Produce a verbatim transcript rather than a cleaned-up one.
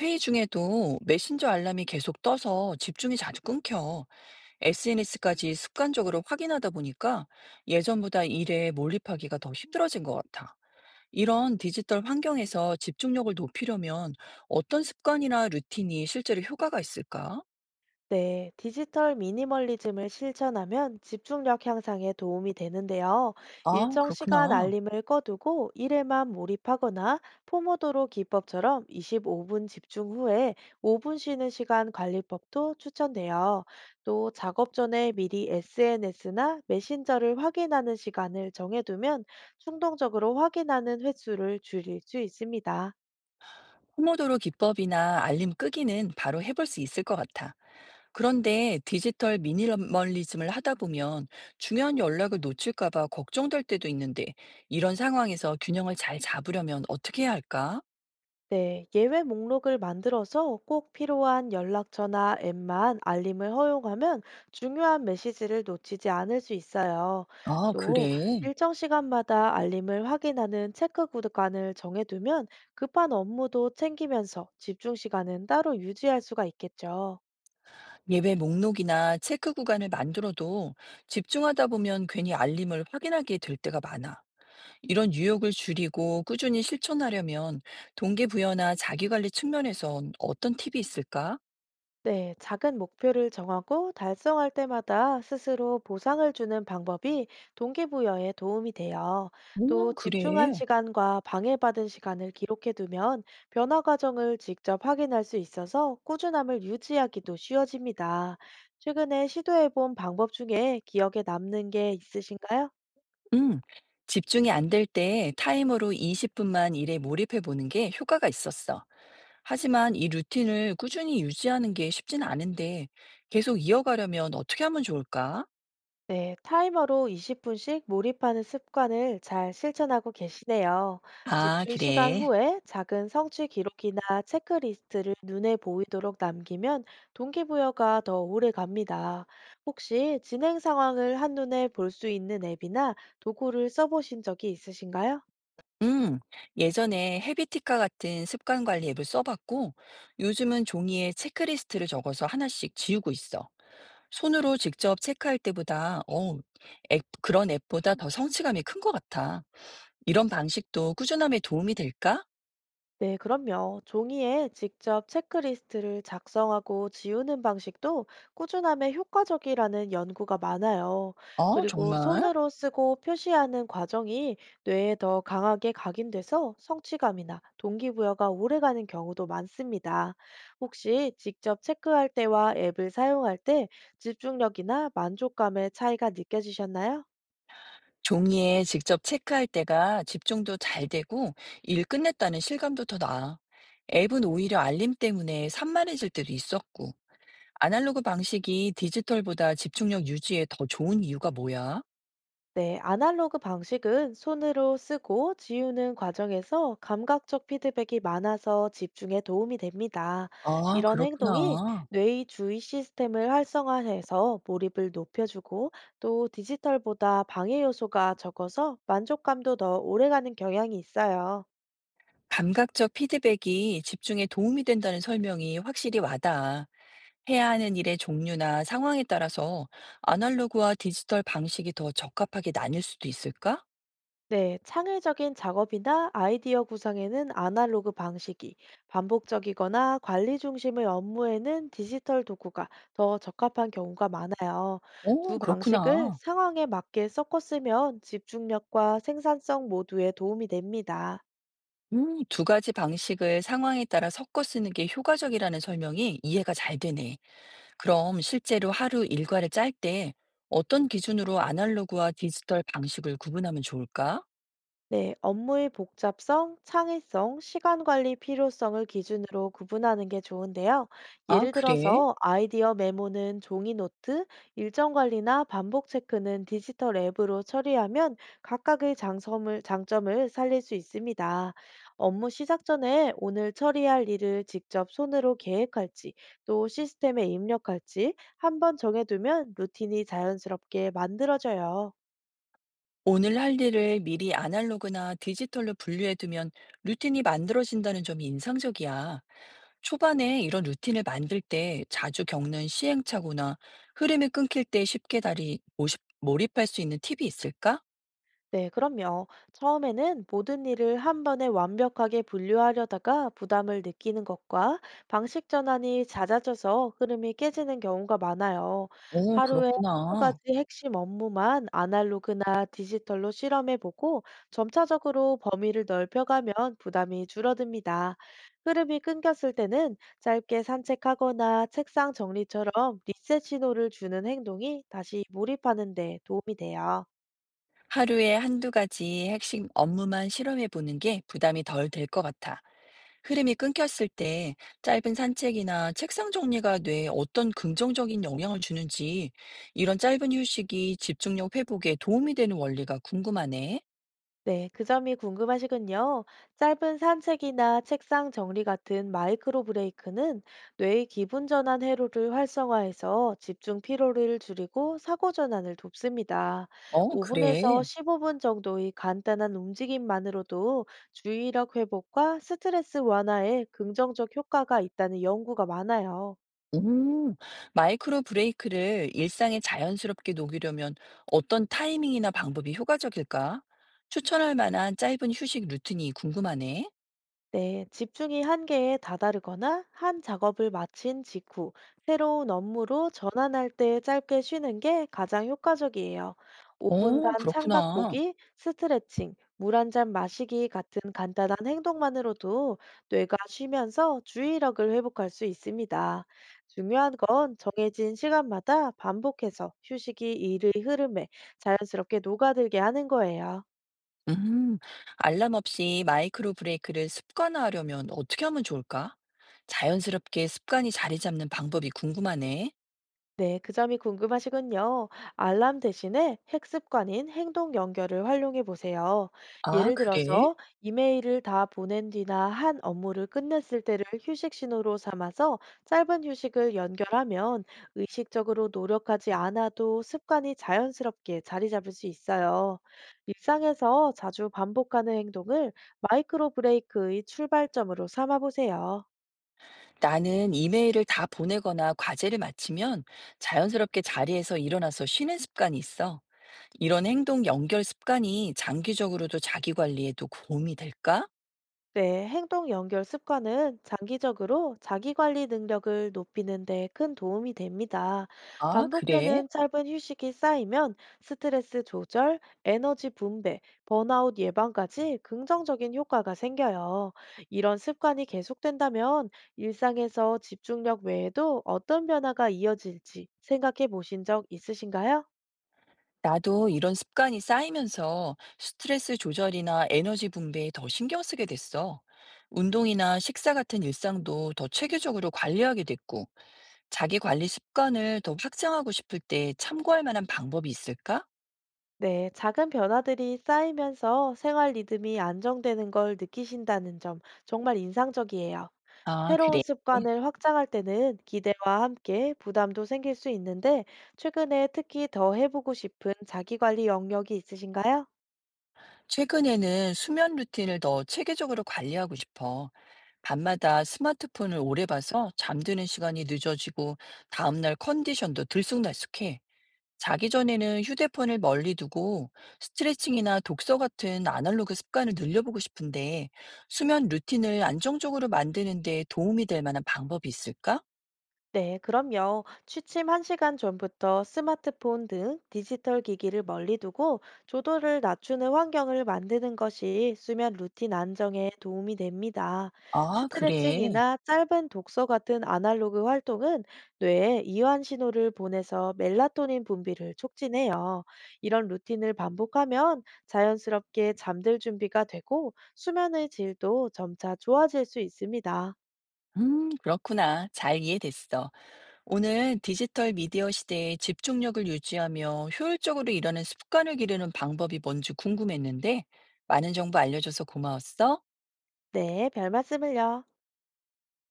회의 중에도 메신저 알람이 계속 떠서 집중이 자주 끊겨. 에스엔에스까지 습관적으로 확인하다 보니까 예전보다 일에 몰입하기가 더 힘들어진 것 같아. 이런 디지털 환경에서 집중력을 높이려면 어떤 습관이나 루틴이 실제로 효과가 있을까? 네, 디지털 미니멀리즘을 실천하면 집중력 향상에 도움이 되는데요. 아, 일정 시간 그렇구나. 알림을 꺼두고 일에만 몰입하거나 포모도로 기법처럼 이십오 분 집중 후에 오 분 쉬는 시간 관리법도 추천돼요. 또 작업 전에 미리 에스엔에스나 메신저를 확인하는 시간을 정해두면 충동적으로 확인하는 횟수를 줄일 수 있습니다. 포모도로 기법이나 알림 끄기는 바로 해볼 수 있을 것 같아. 그런데 디지털 미니멀리즘을 하다 보면 중요한 연락을 놓칠까 봐 걱정될 때도 있는데 이런 상황에서 균형을 잘 잡으려면 어떻게 해야 할까? 네, 예외 목록을 만들어서 꼭 필요한 연락처나 앱만 알림을 허용하면 중요한 메시지를 놓치지 않을 수 있어요. 아, 또 그래. 일정 시간마다 알림을 확인하는 체크 구간을 정해두면 급한 업무도 챙기면서 집중 시간은 따로 유지할 수가 있겠죠. 예배 목록이나 체크 구간을 만들어도 집중하다 보면 괜히 알림을 확인하게 될 때가 많아. 이런 유혹을 줄이고 꾸준히 실천하려면 동기부여나 자기관리 측면에선 어떤 팁이 있을까? 네, 작은 목표를 정하고 달성할 때마다 스스로 보상을 주는 방법이 동기부여에 도움이 돼요. 또 오, 집중한 그래. 시간과 방해받은 시간을 기록해 두면 변화 과정을 직접 확인할 수 있어서 꾸준함을 유지하기도 쉬워집니다. 최근에 시도해 본 방법 중에 기억에 남는 게 있으신가요? 음, 집중이 안 될 때 타이머로 이십 분만 일에 몰입해 보는 게 효과가 있었어. 하지만 이 루틴을 꾸준히 유지하는 게 쉽진 않은데 계속 이어가려면 어떻게 하면 좋을까? 네, 타이머로 이십 분씩 몰입하는 습관을 잘 실천하고 계시네요. 아, 집중 시간 그래. 후에 작은 성취 기록이나 체크리스트를 눈에 보이도록 남기면 동기부여가 더 오래 갑니다. 혹시 진행 상황을 한눈에 볼 수 있는 앱이나 도구를 써보신 적이 있으신가요? 음, 예전에 헤비티카 같은 습관 관리 앱을 써봤고 요즘은 종이에 체크리스트를 적어서 하나씩 지우고 있어. 손으로 직접 체크할 때보다, 어, 앱, 그런 앱보다 더 성취감이 큰 것 같아. 이런 방식도 꾸준함에 도움이 될까? 네, 그럼요. 종이에 직접 체크리스트를 작성하고 지우는 방식도 꾸준함에 효과적이라는 연구가 많아요. 어, 그리고 정말? 손으로 쓰고 표시하는 과정이 뇌에 더 강하게 각인돼서 성취감이나 동기부여가 오래가는 경우도 많습니다. 혹시 직접 체크할 때와 앱을 사용할 때 집중력이나 만족감의 차이가 느껴지셨나요? 종이에 직접 체크할 때가 집중도 잘 되고 일 끝냈다는 실감도 더 나아. 앱은 오히려 알림 때문에 산만해질 때도 있었고. 아날로그 방식이 디지털보다 집중력 유지에 더 좋은 이유가 뭐야? 네, 아날로그 방식은 손으로 쓰고 지우는 과정에서 감각적 피드백이 많아서 집중에 도움이 됩니다. 아, 이런 행동이 그렇구나. 뇌의 주의 시스템을 활성화해서 몰입을 높여주고 또 디지털보다 방해 요소가 적어서 만족감도 더 오래가는 경향이 있어요. 감각적 피드백이 집중에 도움이 된다는 설명이 확실히 와닿아. 해야 하는 일의 종류나 상황에 따라서 아날로그와 디지털 방식이 더 적합하게 나뉠 수도 있을까? 네, 창의적인 작업이나 아이디어 구상에는 아날로그 방식이, 반복적이거나 관리 중심의 업무에는 디지털 도구가 더 적합한 경우가 많아요. 두 오, 방식을 그렇구나. 상황에 맞게 섞어 쓰면 집중력과 생산성 모두에 도움이 됩니다. 음, 두 가지 방식을 상황에 따라 섞어 쓰는 게 효과적이라는 설명이 이해가 잘 되네. 그럼 실제로 하루 일과를 짤 때 어떤 기준으로 아날로그와 디지털 방식을 구분하면 좋을까? 네, 업무의 복잡성, 창의성, 시간 관리 필요성을 기준으로 구분하는 게 좋은데요. 아, 예를 그래? 들어서 아이디어 메모는 종이 노트, 일정 관리나 반복 체크는 디지털 앱으로 처리하면 각각의 장점을, 장점을 살릴 수 있습니다. 업무 시작 전에 오늘 처리할 일을 직접 손으로 계획할지 또 시스템에 입력할지 한 번 정해두면 루틴이 자연스럽게 만들어져요. 오늘 할 일을 미리 아날로그나 디지털로 분류해두면 루틴이 만들어진다는 점이 인상적이야. 초반에 이런 루틴을 만들 때 자주 겪는 시행착오나 흐름이 끊길 때 쉽게 다리 모십- 몰입할 수 있는 팁이 있을까? 네, 그럼요. 처음에는 모든 일을 한 번에 완벽하게 분류하려다가 부담을 느끼는 것과 방식 전환이 잦아져서 흐름이 깨지는 경우가 많아요. 오, 하루에 한두 가지 그렇구나. 핵심 업무만 아날로그나 디지털로 실험해보고 점차적으로 범위를 넓혀가면 부담이 줄어듭니다. 흐름이 끊겼을 때는 짧게 산책하거나 책상 정리처럼 리셋 신호를 주는 행동이 다시 몰입하는 데 도움이 돼요. 하루에 한두 가지 핵심 업무만 실험해 보는 게 부담이 덜 될 것 같아. 흐름이 끊겼을 때 짧은 산책이나 책상 정리가 뇌에 어떤 긍정적인 영향을 주는지 이런 짧은 휴식이 집중력 회복에 도움이 되는 원리가 궁금하네. 네, 그 점이 궁금하시군요. 짧은 산책이나 책상 정리 같은 마이크로 브레이크는 뇌의 기분 전환 회로를 활성화해서 집중 피로를 줄이고 사고 전환을 돕습니다. 어, 오 분에서 그래. 십오 분 정도의 간단한 움직임만으로도 주의력 회복과 스트레스 완화에 긍정적 효과가 있다는 연구가 많아요. 음, 마이크로 브레이크를 일상에 자연스럽게 녹이려면 어떤 타이밍이나 방법이 효과적일까? 추천할 만한 짧은 휴식 루틴이 궁금하네. 네, 집중이 한계에 다다르거나 한 작업을 마친 직후 새로운 업무로 전환할 때 짧게 쉬는 게 가장 효과적이에요. 오 분간 어, 창밖 그렇구나. 보기, 스트레칭, 물 한 잔 마시기 같은 간단한 행동만으로도 뇌가 쉬면서 주의력을 회복할 수 있습니다. 중요한 건 정해진 시간마다 반복해서 휴식이 일의 흐름에 자연스럽게 녹아들게 하는 거예요. 음, 알람 없이 마이크로 브레이크를 습관화하려면 어떻게 하면 좋을까? 자연스럽게 습관이 자리 잡는 방법이 궁금하네. 네, 그 점이 궁금하시군요. 알람 대신에 핵습관인 행동 연결을 활용해 보세요. 아, 예를 그래? 들어서 이메일을 다 보낸 뒤나 한 업무를 끝냈을 때를 휴식 신호로 삼아서 짧은 휴식을 연결하면 의식적으로 노력하지 않아도 습관이 자연스럽게 자리 잡을 수 있어요. 일상에서 자주 반복하는 행동을 마이크로 브레이크의 출발점으로 삼아 보세요. 나는 이메일을 다 보내거나 과제를 마치면 자연스럽게 자리에서 일어나서 쉬는 습관이 있어. 이런 행동 연결 습관이 장기적으로도 자기 관리에도 도움이 될까? 네, 행동 연결 습관은 장기적으로 자기관리 능력을 높이는 데 큰 도움이 됩니다. 아, 그래? 반복되는 짧은 휴식이 쌓이면 스트레스 조절, 에너지 분배, 번아웃 예방까지 긍정적인 효과가 생겨요. 이런 습관이 계속된다면 일상에서 집중력 외에도 어떤 변화가 이어질지 생각해 보신 적 있으신가요? 나도 이런 습관이 쌓이면서 스트레스 조절이나 에너지 분배에 더 신경 쓰게 됐어. 운동이나 식사 같은 일상도 더 체계적으로 관리하게 됐고, 자기 관리 습관을 더 확장하고 싶을 때 참고할 만한 방법이 있을까? 네, 작은 변화들이 쌓이면서 생활 리듬이 안정되는 걸 느끼신다는 점 정말 인상적이에요. 아, 새로운 그래. 습관을 확장할 때는 기대와 함께 부담도 생길 수 있는데, 최근에 특히 더 해보고 싶은 자기관리 영역이 있으신가요? 최근에는 수면 루틴을 더 체계적으로 관리하고 싶어. 밤마다 스마트폰을 오래 봐서 잠드는 시간이 늦어지고, 다음날 컨디션도 들쑥날쑥해. 자기 전에는 휴대폰을 멀리 두고 스트레칭이나 독서 같은 아날로그 습관을 늘려보고 싶은데 수면 루틴을 안정적으로 만드는 데 도움이 될 만한 방법이 있을까? 네, 그럼요. 취침 한 시간 전부터 스마트폰 등 디지털 기기를 멀리 두고 조도를 낮추는 환경을 만드는 것이 수면 루틴 안정에 도움이 됩니다. 아, 그래. 스트레칭이나 짧은 독서 같은 아날로그 활동은 뇌에 이완 신호를 보내서 멜라토닌 분비를 촉진해요. 이런 루틴을 반복하면 자연스럽게 잠들 준비가 되고 수면의 질도 점차 좋아질 수 있습니다. 음, 그렇구나. 잘 이해됐어. 오늘 디지털 미디어 시대에 집중력을 유지하며 효율적으로 일하는 습관을 기르는 방법이 뭔지 궁금했는데 많은 정보 알려줘서 고마웠어. 네, 별 말씀을요.